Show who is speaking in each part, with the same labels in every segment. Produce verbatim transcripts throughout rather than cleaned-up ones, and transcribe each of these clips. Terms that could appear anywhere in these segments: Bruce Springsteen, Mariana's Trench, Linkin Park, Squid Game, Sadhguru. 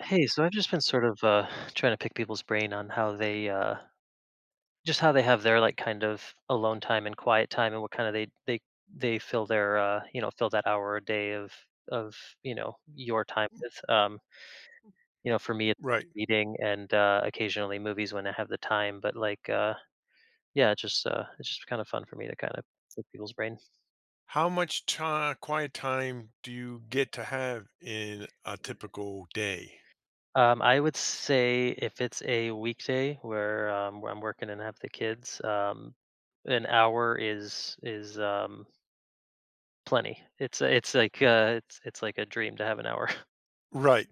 Speaker 1: Hey, so I've just been sort of uh, trying to pick people's brain on how they uh, just how they have their like kind of alone time and quiet time, and what kind of they they they fill their uh, you know fill that hour a day of of you know your time
Speaker 2: Mm,
Speaker 1: with. Um, you know, for me, it's
Speaker 2: Right.
Speaker 1: reading and uh, occasionally movies when I have the time. But like, uh, yeah, it's just uh, it's just kind of fun for me to kind of pick people's brain.
Speaker 2: How much ti quiet time do you get to have in a typical day?
Speaker 1: Um, I would say if it's a weekday where, um, where I'm working and have the kids, um, an hour is is um, plenty. It's it's like uh, it's it's like a dream to have an hour.
Speaker 2: Right.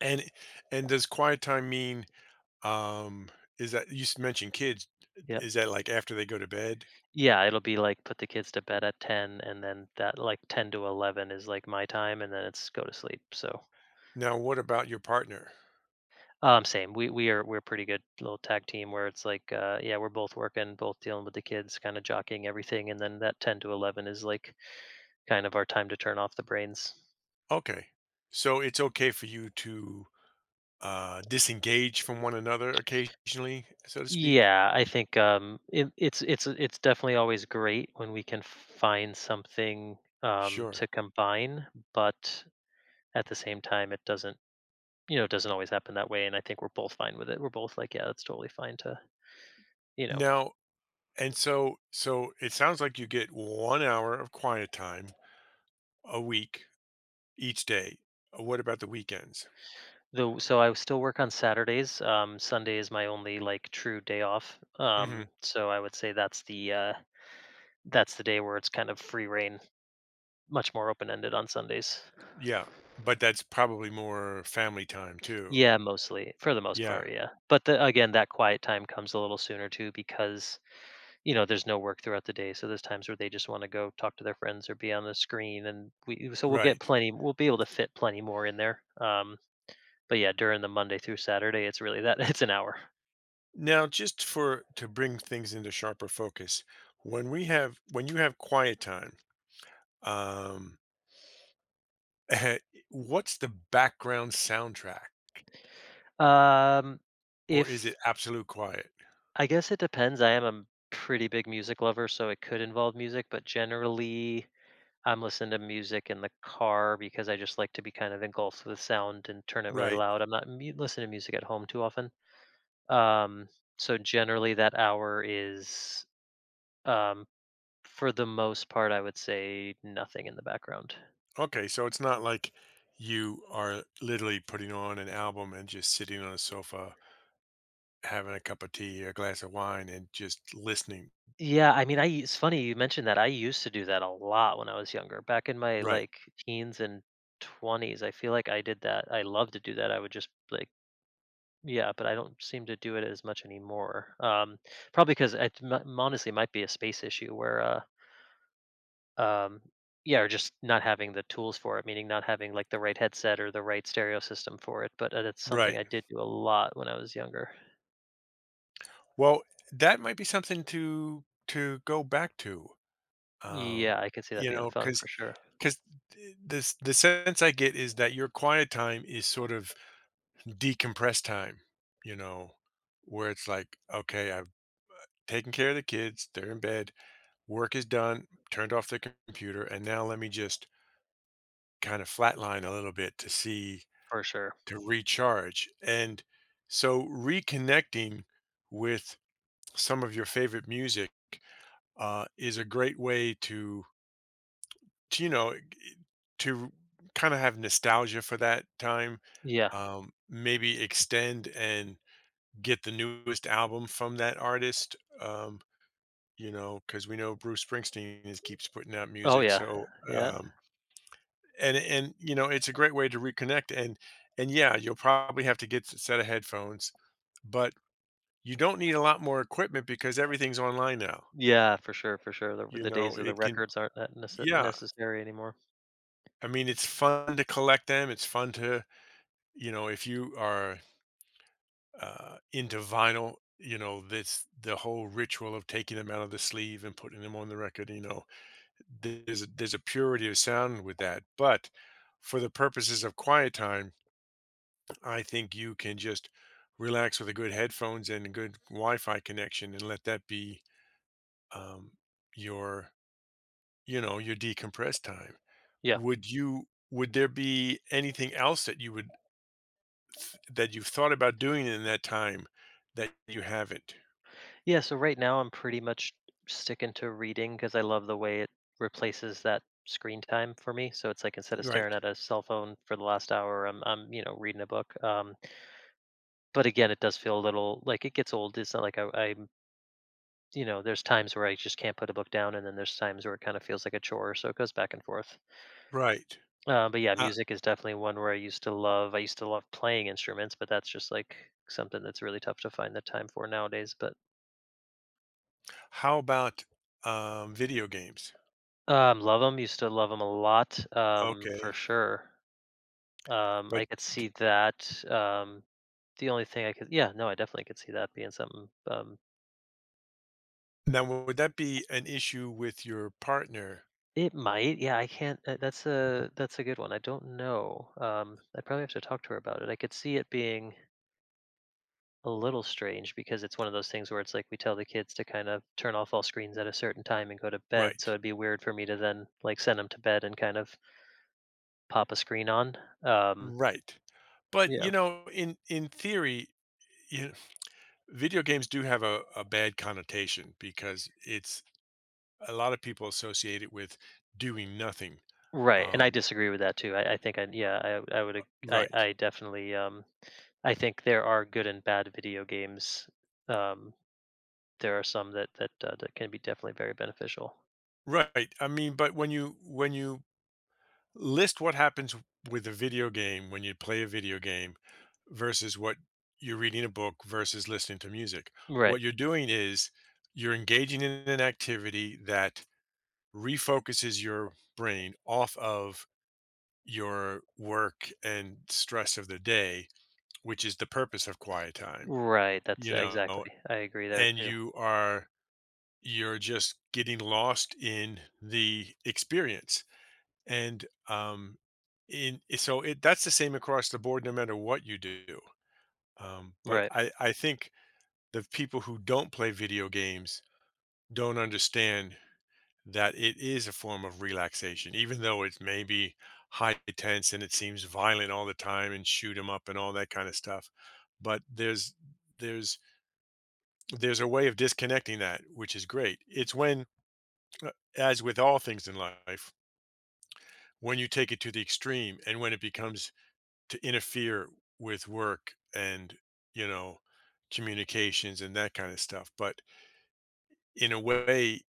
Speaker 2: And and does quiet time mean, um, is that you s- mentioned kids,
Speaker 1: Yep.
Speaker 2: is that like after they go to bed?
Speaker 1: Yeah, it'll be like put the kids to bed at ten, and then that like ten to eleven is like my time, and then it's go to sleep. So
Speaker 2: Now, what about your partner?
Speaker 1: um, same. We we are we're pretty good little tag team where it's like uh, yeah, we're both working, both dealing with the kids, kind of jockeying everything, and then that ten to eleven is like kind of our time to turn off the brains.
Speaker 2: Okay. So it's okay for you to uh, disengage from one another occasionally, so to speak?
Speaker 1: Yeah, I think um, it, it's it's it's definitely always great when we can find something um,
Speaker 2: Sure.
Speaker 1: to combine, but at the same time, it doesn't you know it doesn't always happen that way. And I think we're both fine with it. We're both like, yeah, that's totally fine to you know.
Speaker 2: Now, and so so it sounds like you get one hour of quiet time a week each day. Uh, What about the weekends?
Speaker 1: Though, so I still work on Saturdays. Um, Sunday is my only like true day off.
Speaker 2: Hmm.
Speaker 1: Um, so I would say that's the uh, that's the day where it's kind of free reign, much more open ended on Sundays.
Speaker 2: Yeah, but that's probably more family time too.
Speaker 1: Yeah, mostly, for the most
Speaker 2: Yeah,
Speaker 1: part, yeah. But the again, that quiet time comes a little sooner too because, you know, there's no work throughout the day, so there's times where they just wanna go talk to their friends or be on the screen, and we so we'll get
Speaker 2: right.
Speaker 1: plenty we'll be able to fit plenty more in there, um, but yeah, during the Monday through Saturday, it's really that it's an hour.
Speaker 2: Now, just for to bring things into sharper focus, when we have when you have quiet time, um, Uh, what's the background soundtrack,
Speaker 1: Um,
Speaker 2: or is it
Speaker 1: if
Speaker 2: absolute quiet?
Speaker 1: I guess it depends, I am a pretty big music lover, so it could involve music, but generally I'm listening to music in the car because I just like to be kind of engulfed with sound and turn it really
Speaker 2: Right.
Speaker 1: loud. I'm not mu- listening to music at home too often. Um, so generally, that hour is, um, for the most part, I would say nothing in the background.
Speaker 2: Okay, so it's not like you are literally putting on an album and just sitting on a sofa, having a cup of tea or a glass of wine and just listening.
Speaker 1: Yeah, I mean, I it's funny you mentioned that. I used to do that a lot when I was younger. Back in my
Speaker 2: Right.
Speaker 1: like teens and twenties, I feel like I did that. I love to do that. I would just like yeah, but I don't seem to do it as much anymore. Um probably cuz it m- honestly might be a space issue where uh um yeah, or just not having the tools for it, meaning not having like the right headset or the right stereo system for it, but uh, that's something
Speaker 2: Right.
Speaker 1: I did do a lot when I was younger.
Speaker 2: Well, that might be something to to go back to. Um,
Speaker 1: Yeah, I could see that
Speaker 2: you
Speaker 1: being
Speaker 2: know,
Speaker 1: fun
Speaker 2: because
Speaker 1: for sure.
Speaker 2: th- this the sense I get is that your quiet time is sort of decompress time, you know, where it's like, okay, I've taken care of the kids, they're in bed, work is done, turned off the computer, and now let me just kind of flatline a little bit to see
Speaker 1: For sure.
Speaker 2: to recharge. And so reconnecting with some of your favorite music uh, is a great way to, to you know, to kind of have nostalgia for that time,
Speaker 1: Yeah.
Speaker 2: um, maybe extend and get the newest album from that artist, um, you know because we know Bruce Springsteen is keeps putting out
Speaker 1: Oh
Speaker 2: music,
Speaker 1: yeah.
Speaker 2: so,
Speaker 1: Yeah.
Speaker 2: um and and, you know, it's a great way to reconnect, and and, yeah, you'll probably have to get a set of headphones, but you don't need a lot more equipment because everything's online now,
Speaker 1: Yeah, for sure, for sure. The
Speaker 2: you
Speaker 1: the
Speaker 2: know,
Speaker 1: days of the
Speaker 2: it can.
Speaker 1: records aren't that nece-
Speaker 2: Yeah,
Speaker 1: necessary anymore.
Speaker 2: I mean, it's fun to collect them, it's fun to you know, if you are, uh, into vinyl, you know, this the whole ritual of taking them out of the sleeve and putting them on the record, you know there's a, there's a purity of sound with that. But for the purposes of quiet time, I think you can just relax with a good headphones and a good Wi-Fi connection, and let that be um, your you know your decompressed time.
Speaker 1: Yeah.
Speaker 2: Would you? Would there be anything else that you would that you've thought about doing in that time that you haven't?
Speaker 1: Yeah, so right now I'm pretty much sticking to reading cuz I love the way it replaces that screen time for me. So it's like instead of staring
Speaker 2: Right,
Speaker 1: at a cell phone for the last hour, I'm I'm, you know, reading a book. Um but again, it does feel a little like it gets old. It's not like I I you know, there's times where I just can't put a book down and then there's times where it kind of feels like a chore, so it goes back and forth.
Speaker 2: right.
Speaker 1: Uh, but yeah,
Speaker 2: Uh,
Speaker 1: music is definitely one where I used to love. I used to love playing instruments, but that's just like something that's really tough to find the time for nowadays. But
Speaker 2: how about um, video games?
Speaker 1: um, love them. Used to love them a lot, um, for
Speaker 2: Okay,
Speaker 1: sure. Um,
Speaker 2: but.
Speaker 1: I could see that. Um, the only thing I could, yeah, no, I definitely could see that being something. Um,
Speaker 2: Now, would that be an issue with your partner?
Speaker 1: it might, yeah, I can't. uh, That's a that's a good one. I don't know. Um, I probably have to talk to her about it. I could see it being a little strange because it's one of those things where it's like we tell the kids to kind of turn off all screens at a certain time and go to bed. So
Speaker 2: Right.
Speaker 1: it'd be weird for me to then like send them to bed and kind of pop a screen on. Um,
Speaker 2: Right. But,
Speaker 1: yeah,
Speaker 2: you know, in in theory, you know, video games do have a, a bad connotation because it's a lot of people associate it with doing nothing.
Speaker 1: right. And I
Speaker 2: Um,
Speaker 1: disagree with that too. I, I think I yeah I I would ag- I
Speaker 2: right.
Speaker 1: I definitely um I think there are good and bad video games. Um, there are some that that uh, that can be definitely very beneficial.
Speaker 2: Right. I mean, but when you when you list what happens with a video game when you play a video game versus what you're reading a book versus listening to music,
Speaker 1: Right.
Speaker 2: what you're doing is you're engaging in an activity that refocuses your brain off of your work and stress of the day, which is the purpose of quiet time,
Speaker 1: Right. That's
Speaker 2: you know,
Speaker 1: exactly. I agree there
Speaker 2: and
Speaker 1: too.
Speaker 2: you are you're just getting lost in the experience. And um in so it that's the same across the board no matter what you do. Um but
Speaker 1: Right.
Speaker 2: I I think the people who don't play video games don't understand that it is a form of relaxation, even though it's maybe high tense and it seems violent all the time and shoot 'em up and all that kind of stuff. But there's there's there's a way of disconnecting that, which is great. It's when, uh, as with all things in life, when you take it to the extreme and when it becomes to interfere with work and you know communications and that kind of stuff. But in a way,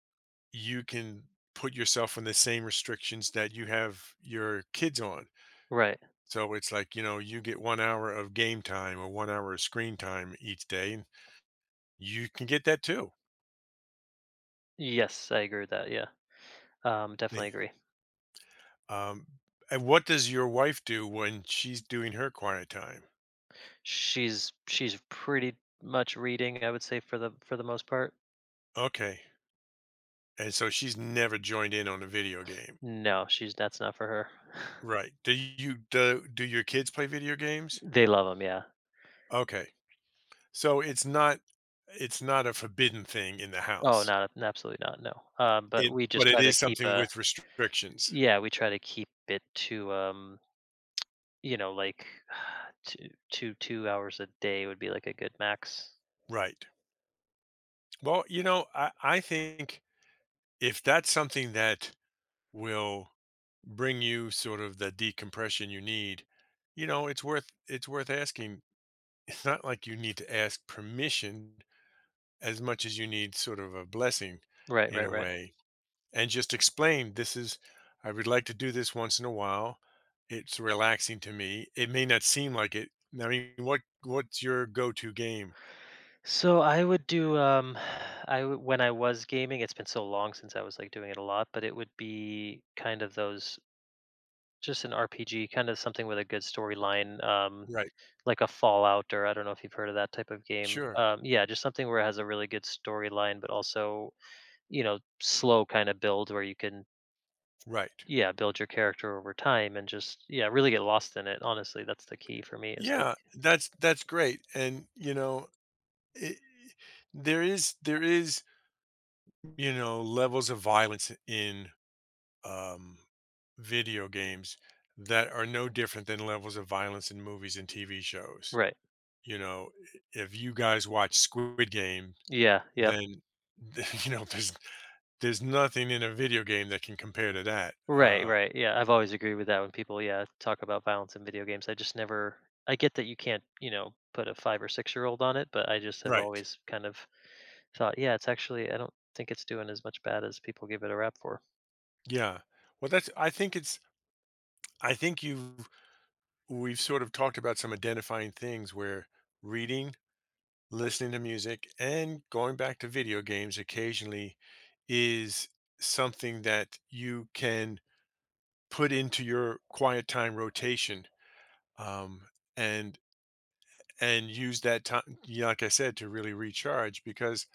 Speaker 2: you can put yourself in the same restrictions that you have your kids on.
Speaker 1: Right.
Speaker 2: So it's like, you know, you get one hour of game time or one hour of screen time each day, and you can get that too.
Speaker 1: Yes, I agree with that. Yeah. Um, definitely
Speaker 2: They-
Speaker 1: agree.
Speaker 2: Um, and what does your wife do when she's doing her quiet time?
Speaker 1: She's she's pretty much reading, I would say, for the for the most part.
Speaker 2: Okay. And so she's never joined in on a video game.
Speaker 1: No, she's that's not for her.
Speaker 2: Right. Do you do, do your kids play video games?
Speaker 1: They love them, yeah.
Speaker 2: Okay. So it's not it's not a forbidden thing in the
Speaker 1: Oh,
Speaker 2: house.
Speaker 1: not absolutely not, no. Um, but
Speaker 2: It
Speaker 1: we just
Speaker 2: but it
Speaker 1: try to
Speaker 2: is
Speaker 1: keep
Speaker 2: something
Speaker 1: a
Speaker 2: with restrictions.
Speaker 1: yeah, we try to keep it to um, you know, like two two two hours a day would be like a good max.
Speaker 2: Right. Well, you know, I I think if that's something that will bring you sort of the decompression you need, you know, it's worth it's worth asking. It's not like you need to ask permission as much as you need sort of a blessing
Speaker 1: Right,
Speaker 2: in
Speaker 1: right,
Speaker 2: a
Speaker 1: right.
Speaker 2: way. And just explain, this is I would like to do this once in a while. It's relaxing to me. It may not seem like it. I mean, what what's your go-to game?
Speaker 1: So I would do um I w- when I was gaming, it's been so long since I was like doing it a lot, but it would be kind of those just an R P G, kind of something with a good storyline, um,
Speaker 2: Right.
Speaker 1: like a Fallout, or I don't know if you've heard of that type of game.
Speaker 2: Sure.
Speaker 1: Um, yeah, just something where it has a really good storyline, but also, you know, slow kind of build where you can,
Speaker 2: Right.
Speaker 1: yeah, build your character over time and just, yeah, really get lost in it. Honestly, that's the key for me is like,
Speaker 2: Yeah, that's that's great. And you know, it, there is there is you know levels of violence in um, video games that are no different than levels of violence in movies and T V shows.
Speaker 1: right.
Speaker 2: You know, if you guys watch Squid Game,
Speaker 1: Yeah, yep.
Speaker 2: then you know there's there's nothing in a video game that can compare to that.
Speaker 1: Right,
Speaker 2: Uh,
Speaker 1: right. Yeah, I've always agreed with that when people, yeah, talk about violence in video games. I just never I get that you can't, you know, put a five or six-year-old on it, but I just have
Speaker 2: right.
Speaker 1: always kind of thought, yeah, it's actually I don't think it's doing as much bad as people give it a rap for.
Speaker 2: Yeah. Well, that's. I think it's. I think you we've sort of talked about some identifying things where reading, listening to music, and going back to video games occasionally is something that you can put into your quiet time rotation um, and and use that time, like I said, to really recharge because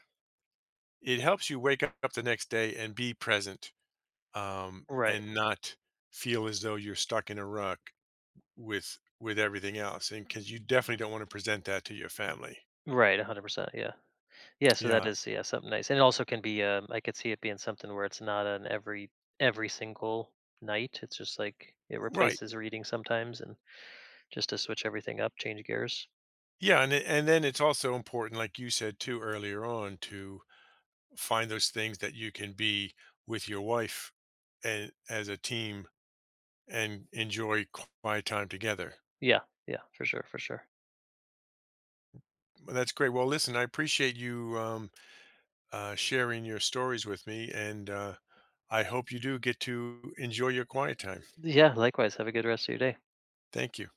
Speaker 2: it helps you wake up the next day and be present um,
Speaker 1: Right.
Speaker 2: and not feel as though you're stuck in a rut with with everything else and because you definitely don't want to present that to your family
Speaker 1: Right, one hundred percent, yeah. Yeah, so that
Speaker 2: yeah
Speaker 1: is yeah, something nice. And it also can be um I could see it being something where it's not on every every single night. It's just like it
Speaker 2: right
Speaker 1: replaces reading sometimes and just to switch everything up, change gears.
Speaker 2: yeah and it- and then it's also important like you said too earlier on to find those things that you can be with your wife and as a team and enjoy quiet time together.
Speaker 1: Yeah, yeah, for sure, for sure.
Speaker 2: Well, that's great. Well listen, I appreciate you um, uh, sharing your stories with me and uh, I hope you do get to enjoy your quiet time.
Speaker 1: Yeah, likewise. Have a good rest of your day.
Speaker 2: Thank you.